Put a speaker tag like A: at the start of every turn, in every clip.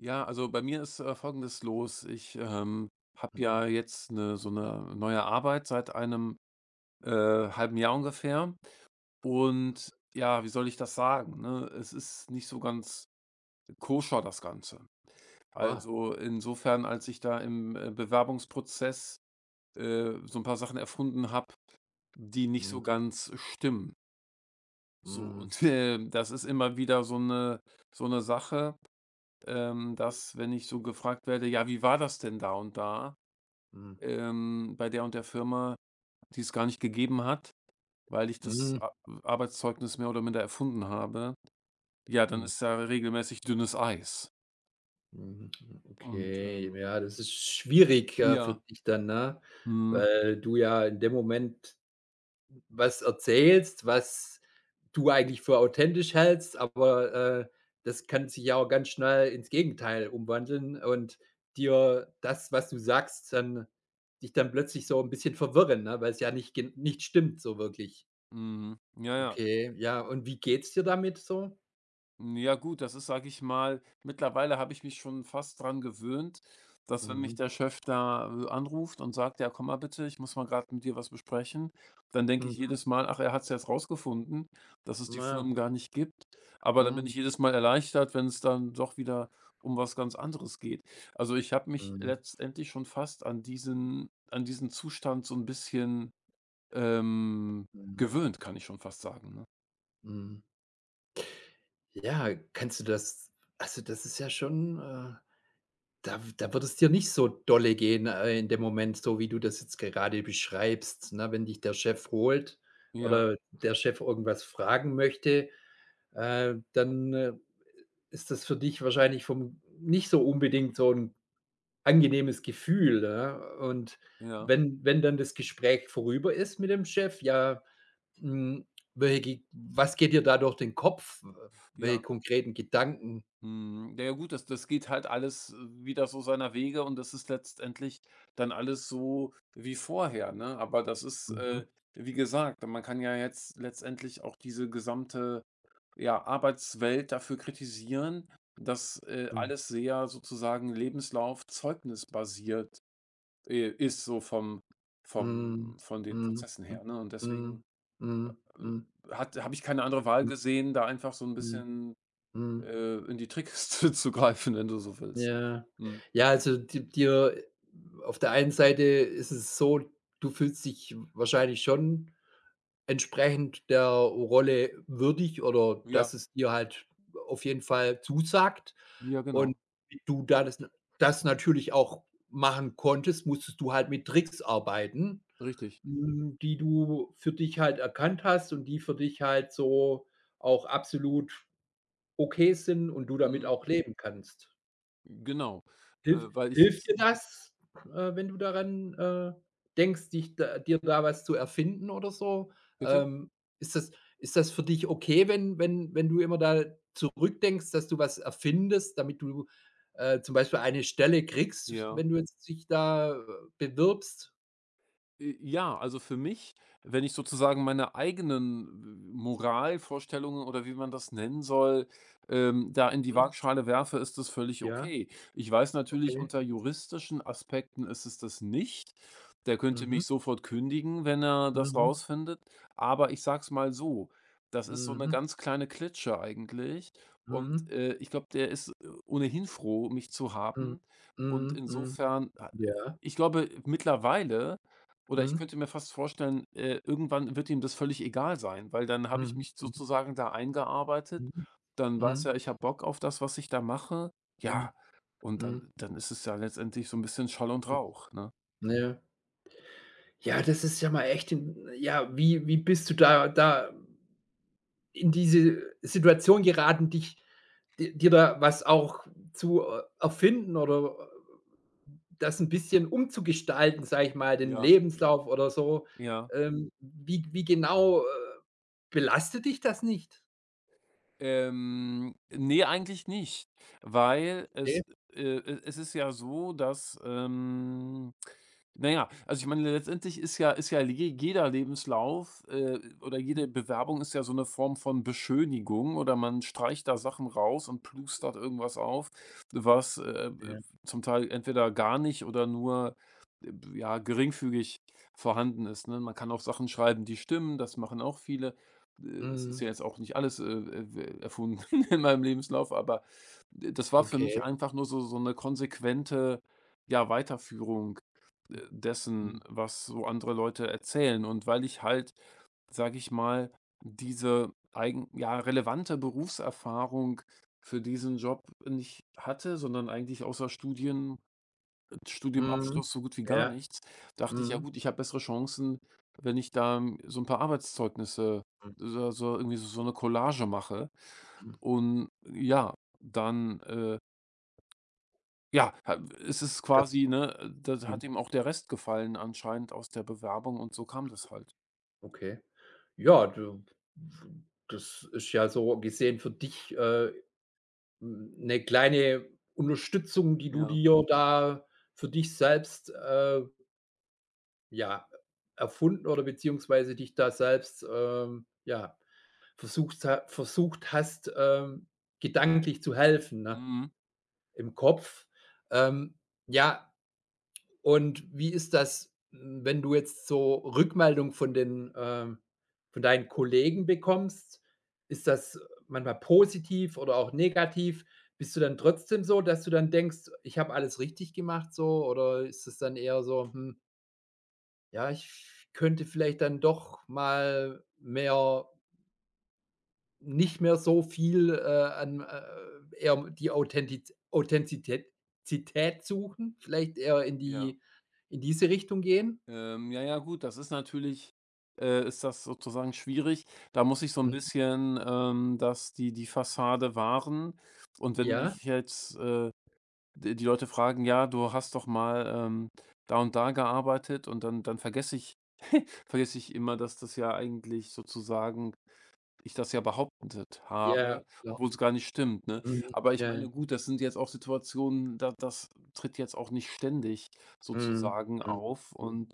A: Ja, also bei mir ist, Folgendes los. Habe
B: Hm.
A: ja jetzt 'ne so 'ne neue Arbeit seit einem, äh, halben Jahr ungefähr. Und ja, wie soll ich das sagen, ne? Es ist nicht so ganz koscher, das Ganze.
B: Ah.
A: Also, insofern, als ich da im Bewerbungsprozess, so ein paar Sachen erfunden habe, die nicht
B: Mhm,
A: so ganz stimmen. So
B: mhm,
A: und, das ist immer wieder so 'ne Sache, dass, wenn ich so gefragt werde: „Ja, wie war das denn da und da,
B: mhm,
A: bei der und der Firma, die es gar nicht gegeben hat, weil ich das
B: mhm,
A: A Arbeitszeugnis mehr oder minder erfunden habe“, ja, dann
B: mhm,
A: ist da regelmäßig dünnes Eis.
B: mhm.
A: Und,
B: Okay, ja,
A: ähm
B: das ist schwierig, ja, für
A: ja,
B: dich dann, ne?
A: mhm,
B: Weil du ja in dem Moment was erzählst, was du eigentlich für authentisch hältst, aber, das kann sich ja auch ganz schnell ins Gegenteil umwandeln und dir das, was du sagst, dann dich dann plötzlich so ein bisschen verwirren, ne, weil es ja nicht gen nicht stimmt so wirklich.
A: mhm, ja, ja.
B: Okay, ja, und wie geht's dir damit so?
A: Ja gut, das ist, sage ich mal, mittlerweile habe ich mich schon fast dran gewöhnt, dass, wenn mich
B: Mhm.
A: der Chef da, anruft und sagt: „Ja, komm mal bitte, ich muss mal gerade mit dir was besprechen“, dann denke ich
B: Mhm,
A: jedes Mal: „Ach, er hat es jetzt rausgefunden, dass es die
B: ja.
A: Firmen gar nicht gibt.“ Aber dann bin
B: Mhm,
A: ich jedes Mal erleichtert, wenn es dann doch wieder um was ganz anderes geht. Also, ich habe mich
B: mhm,
A: letztendlich schon fast an diesen Zustand so ein bisschen, ähm,
B: mhm,
A: gewöhnt, kann ich schon fast sagen, ne?
B: mhm. Ja, kannst du das also, das ist ja schon, da wird es dir nicht so dolle gehen, in dem Moment, so wie du das jetzt gerade beschreibst, ne? Wenn dich der Chef holt
A: Ja,
B: oder der Chef irgendwas fragen möchte, dann, ist das für dich wahrscheinlich vom nicht so unbedingt so 'n angenehmes Gefühl, ja? Und
A: ja,
B: wenn dann das Gespräch vorüber ist mit dem Chef, ja, hm, welche Ge was geht dir da durch den Kopf? Welche
A: ja.
B: konkreten Gedanken?
A: Mhm. Ja, ja gut, das geht halt alles, wieder so seiner Wege, und das ist letztendlich dann alles so wie vorher, ne? Aber das ist,
B: Mhm,
A: wie gesagt, man kann ja jetzt letztendlich auch diese gesamte, ja, Arbeitswelt dafür kritisieren, dass,
B: mhm,
A: alles sehr sozusagen Lebenslauf zeugnisbasiert, ist, so vom
B: mhm,
A: vom von den
B: mhm,
A: Prozessen
B: mhm,
A: her, ne? Und
B: mhm,
A: deswegen,
B: mhm,
A: äh,
B: mhm,
A: hat habe ich keine andere Wahl gesehen, da einfach so ein
B: mhm,
A: bisschen
B: mhm.
A: in die Trickkiste zu greifen, wenn du so willst, ne?
B: Ja.
A: Mhm.
B: Ja, also di dir auf der einen Seite ist es so, du fühlst dich wahrscheinlich schon entsprechend der Rolle würdig oder dass
A: Ja,
B: es dir halt auf jeden Fall zusagt
A: ja,
B: und
A: genau,
B: wie du da das natürlich auch machen konntest, musstest du halt mit Tricks arbeiten,
A: richtig.
B: die du für dich halt erkannt hast und die für dich halt so auch absolut okay sind und du damit
A: Mhm.
B: auch leben kannst.
A: Genau,
B: Hilf
A: weil ich
B: hilft
A: jetzt,
B: dir das, wenn du daran, denkst, dich da dir da was zu erfinden oder so?
A: bitte?
B: Ähm, ist das ist das für dich okay, wenn du immer da zurückdenkst, dass du was erfindest, damit du, zum Beispiel eine Stelle kriegst,
A: Ja.
B: wenn du jetzt dich da, bewirbst?
A: Ja, also für mich, wenn ich sozusagen meine eigenen Moralvorstellungen oder wie man das nennen soll, da in die
B: Mhm.
A: Waagschale werfe, ist das völlig
B: Ja,
A: okay. Ich weiß natürlich,
B: okay.
A: unter juristischen Aspekten ist es das nicht. Der könnte
B: Mhm.
A: mich sofort kündigen, wenn er das
B: Mhm.
A: rausfindet. Aber ich sage es mal so, das ist so eine
B: Mhm.
A: ganz kleine Klitsche eigentlich. Und,
B: Mhm.
A: ich glaube, der ist, ohnehin froh, mich zu
B: Mhm.
A: haben. Und
B: Mhm. Mhm.
A: insofern, ah,
B: Ja.
A: ich glaube mittlerweile, oder ich
B: Mhm.
A: könnte mir fast vorstellen, irgendwann wird ihm das völlig egal sein, weil dann habe ich
B: Mhm.
A: mich sozusagen da eingearbeitet.
B: Mhm.
A: Dann weiß
B: Mhm.
A: er, ich habe Bock auf das, was ich da mache.
B: Mhm.
A: Ja, und
B: Mhm.
A: dann ist es ja letztendlich so ein bisschen Schall und
B: Mhm.
A: Rauch, ne?
B: Ja. Ja, das ist ja mal echt 'n ja, wie bist du da in diese Situation geraten, dich di dir da was auch zu e erfinden oder das ein bisschen umzugestalten, sage ich mal, den
A: Ja.
B: Lebenslauf oder so.
A: Ja.
B: Wie genau, belastet dich das nicht?
A: Ne, eigentlich nicht, weil
B: Okay.
A: es, e es ist ja so, dass, ähm, na ja, also ich meine, letztendlich ist ja je jeder Lebenslauf, oder jede Bewerbung ist ja so eine Form von Beschönigung, oder man streicht da Sachen raus und plustert irgendwas auf, was,
B: Ja.
A: zum Teil entweder gar nicht oder nur, ja, geringfügig vorhanden ist, ne? Man kann auch Sachen schreiben, die stimmen, das machen auch viele, es ist
B: Mhm.
A: ja jetzt auch nicht alles, erfunden in meinem Lebenslauf, aber das war für
B: Okay.
A: mich einfach nur so so 'ne konsequente, ja, Weiterführung,
B: Mhm.
A: dessen, was so andere Leute erzählen. Und weil ich halt, sage ich mal, diese eigen ja, relevante Berufserfahrung für diesen Job nicht hatte, sondern eigentlich außer Studien
B: Mhm.
A: Studiumabschluss so gut wie gar
B: Ja.
A: nichts, dachte ich: „Ja
B: Mhm.
A: gut, ich habe bessere Chancen, wenn ich da, so ein paar Arbeitszeugnisse
B: Mhm.
A: so irgendwie so eine Collage mache.“
B: Mhm.
A: Und ja, dann, ja, ha es ist quasi,
B: Das
A: ne, das
B: Mhm.
A: hat ihm auch der Rest gefallen anscheinend aus der Bewerbung, und so kam das halt.
B: Okay. Ja, du das ist ja so gesehen für dich, 'ne kleine Unterstützung, die du
A: Ja.
B: dir da für dich selbst, ja, erfunden oder beziehungsweise dich da selbst, ja, versucht hast, gedanklich zu helfen, ne,
A: Mhm.
B: im Kopf. Ähm, ja. Und wie ist das, wenn du jetzt so Rückmeldung von von deinen Kollegen bekommst? Ist das manchmal positiv oder auch negativ? Bist du dann trotzdem so, dass du dann denkst: „Ich habe alles richtig gemacht", so? Oder ist es dann eher so: „Ja, ich könnte vielleicht dann doch mal mehr nicht mehr so viel, an, eher um die Authentiz Authentizität Zität suchen, vielleicht eher
A: Ja.
B: in diese Richtung gehen?"
A: Ja, ja, gut, das ist natürlich, ist das sozusagen schwierig. Da muss ich so ein bisschen, das, die Fassade wahren. Und wenn
B: Ja,
A: mich jetzt, d die Leute fragen: „Ja, du hast doch mal, da und da gearbeitet“, und dann vergesse ich, vergesse ich immer, dass das ja eigentlich sozusagen ich das ja behauptet
B: ja,
A: habe,
B: klar.
A: obwohl es gar nicht stimmt, ne?
B: Mhm.
A: Aber ich
B: Ja,
A: meine,
B: ja.
A: gut, das sind jetzt auch Situationen, da das tritt jetzt auch nicht ständig
B: Mhm.
A: sozusagen
B: Mhm.
A: auf,
B: Mhm.
A: und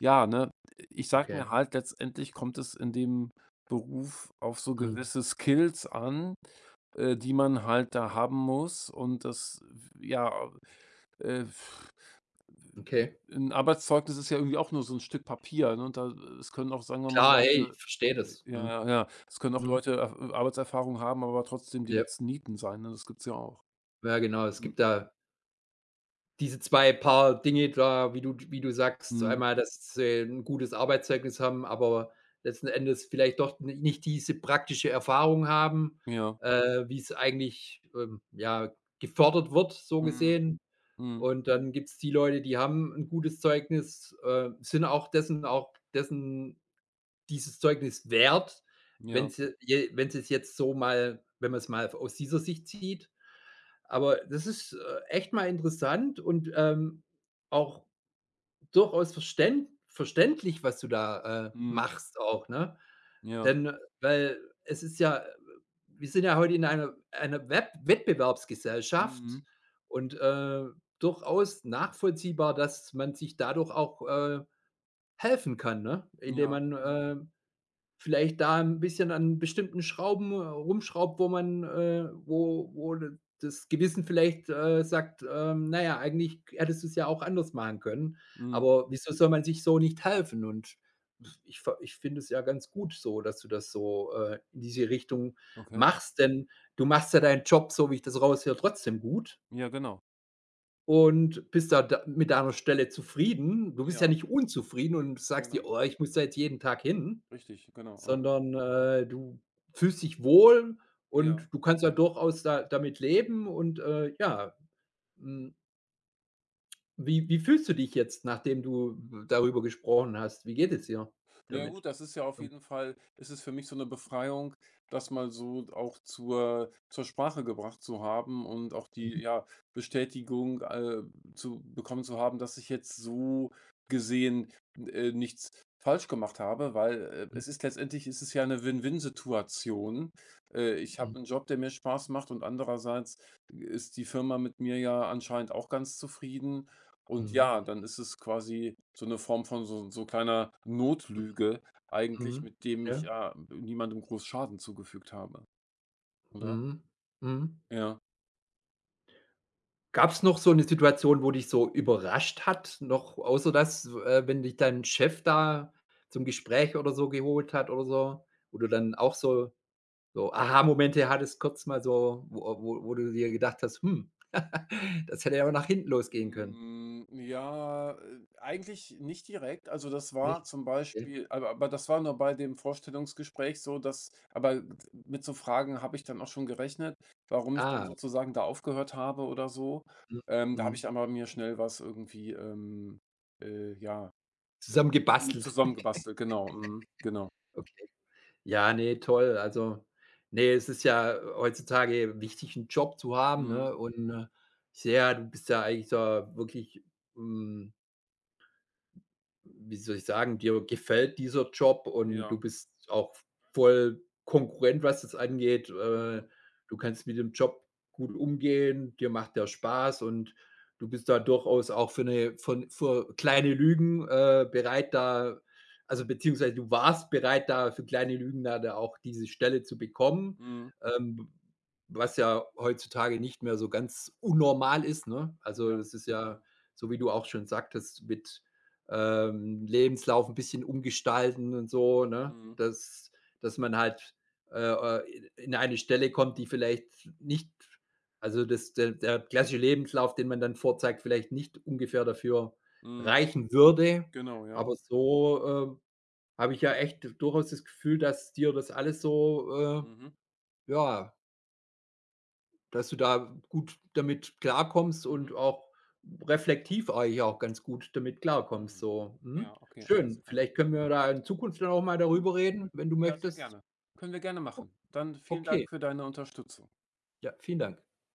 A: ja, ne, ich sage
B: Okay.
A: mir halt, letztendlich kommt es in dem Beruf auf so
B: Mhm.
A: gewisse Skills an, die man halt da haben muss, und das, ja, äh,
B: Okay.
A: 'n Arbeitszeugnis ist ja irgendwie auch nur so ein Stück Papier, ne, und da es können auch, sagen wir mal,
B: Klar, ey,
A: Leute,
B: ich verstehe das. Mhm.
A: ja, ja. Es können auch
B: Mhm.
A: Leute, er Arbeitserfahrung haben, aber trotzdem die
B: Ja.
A: letzten Nieten sein, ne? Das gibt's ja auch.
B: Ja, genau. Es
A: Mhm.
B: gibt da diese 2 Paar Dinge da, wie du sagst, so
A: Mhm.
B: einmal, dass sie 'n gutes Arbeitszeugnis haben, aber letzten Endes vielleicht doch ni nicht diese praktische Erfahrung haben,
A: Ja.
B: wie's eigentlich, ja, gefordert wird, so
A: Mhm.
B: gesehen.
A: Mhm.
B: Und dann gibt's die Leute, die haben ein gutes Zeugnis, sind auch dessen dieses Zeugnis wert,
A: Ja.
B: wenn sie es jetzt so mal wenn man es mal aus dieser Sicht sieht. Aber das ist, echt mal interessant und, auch durchaus verständlich, was du da,
A: Mhm.
B: machst auch, ne?
A: Ja.
B: Denn weil es ist ja wir sind ja heute in einer Web
A: Mhm.
B: Wettbewerbsgesellschaft und, durchaus nachvollziehbar, dass man sich dadurch auch, helfen kann, ne? Indem
A: Ja.
B: man, vielleicht da ein bisschen an bestimmten Schrauben rumschraubt, wo man, wo d das Gewissen vielleicht, sagt: „Na ja, eigentlich hättest du es ja auch anders machen können,
A: Mhm.
B: aber wieso soll man sich so nicht helfen?" Und ich finde es ja ganz gut so, dass du das so, in diese Richtung
A: Okay.
B: machst, denn du machst ja deinen Job, so wie ich das raushöre, trotzdem gut
A: Ja, genau.
B: und bist da d mit deiner Stelle zufrieden. Du bist ja
A: Ja,
B: nicht unzufrieden und sagst dir:
A: genau.
B: „Oh, ich muss da jetzt jeden Tag hin."
A: Richtig, genau. Mhm.
B: Sondern, du fühlst dich wohl
A: Ja.
B: und du kannst ja durchaus da damit leben und, ja, hm, wie fühlst du dich jetzt, nachdem du darüber gesprochen hast? Wie geht es
A: Mhm.
B: dir
A: Na ja
B: damit?
A: gut, das ist ja auf jeden Fall, ist es für mich so eine Befreiung, das mal so auch zur Sprache gebracht zu haben, und auch die, ja, Bestätigung, zu bekommen zu haben, dass ich jetzt so gesehen, nichts falsch gemacht habe, weil,
B: Mhm,
A: es ist letztendlich, ist es ja eine Win-Win-Situation. Ich
B: mhm,
A: habe einen Job, der mir Spaß macht, und andererseits ist die Firma mit mir ja anscheinend auch ganz zufrieden, und
B: mhm,
A: ja, dann ist es quasi so eine Form von so kleiner Notlüge eigentlich,
B: mhm,
A: mit dem ich,
B: ja,
A: ja, niemandem groß Schaden zugefügt habe, oder?
B: mhm, mhm.
A: Ja.
B: Gab's noch so eine Situation, wo dich so überrascht hat, noch außer dass wenn dich dein Chef da zum Gespräch oder so geholt hat oder so, wo du dann auch so Aha-Momente hattest kurz mal so, wo du dir gedacht hast: Das hätte ja auch nach hinten losgehen können",
A: Hm, ja, eigentlich nicht direkt. Also, das war
B: nicht?
A: zum
B: Okay.
A: Beispiel, aber das war nur bei dem Vorstellungsgespräch so, dass, aber mit so Fragen habe ich dann auch schon gerechnet, warum ich dann
B: Ah,
A: sozusagen da aufgehört habe oder so.
B: mhm,
A: Da habe
B: mhm.
A: ich aber mir schnell was irgendwie, ja.
B: Zusammen
A: Hm,
B: gebastelt.
A: zusammengebastelt, genau, mhm, genau.
B: Okay. Ja, ne, toll. Also, ne, es ist ja heutzutage wichtig, 'n Job zu haben,
A: Mhm,
B: ne? Und, ich sehe ja, du bist ja eigentlich da wirklich, hm Wie soll ich sagen, dir gefällt dieser Job und du
A: ja,
B: bist auch voll konkurrent, was das angeht.
A: mhm,
B: Du kannst mit dem Job gut umgehen, dir macht der Spaß und du bist da durchaus auch für eine von für kleine Lügen, bereit da also, beziehungsweise du warst bereit, da für kleine Lügen da auch diese Stelle zu bekommen,
A: mhm,
B: ähm, was ja heutzutage nicht mehr so ganz unnormal ist, ne? Also,
A: ja,
B: das ist ja,
A: ja,
B: so wie du auch schon sagtest, mit Lebenslauf ein bisschen umgestalten und so, ne?
A: mhm,
B: Dass man halt in eine Stelle kommt, die vielleicht nicht, also der klassische Lebenslauf, den man dann vorzeigt, vielleicht nicht ungefähr dafür
A: mhm,
B: reichen würde.
A: genau, ja.
B: Aber so habe ich ja echt durchaus das Gefühl, dass dir das alles so,
A: Mhm,
B: ja, dass du da gut damit klarkommst
A: mhm,
B: und auch reflektiv eigentlich auch ganz gut damit klarkommst
A: mhm.
B: so, mhm.
A: Ja, okay, alles
B: Schön,
A: klar.
B: vielleicht können wir da in Zukunft dann auch mal
A: Mhm.
B: darüber reden, wenn du
A: Ja, sehr
B: möchtest.
A: gerne. Können wir gerne
B: O
A: machen. Dann vielen
B: okay,
A: Dank für deine Unterstützung.
B: ja, vielen Dank.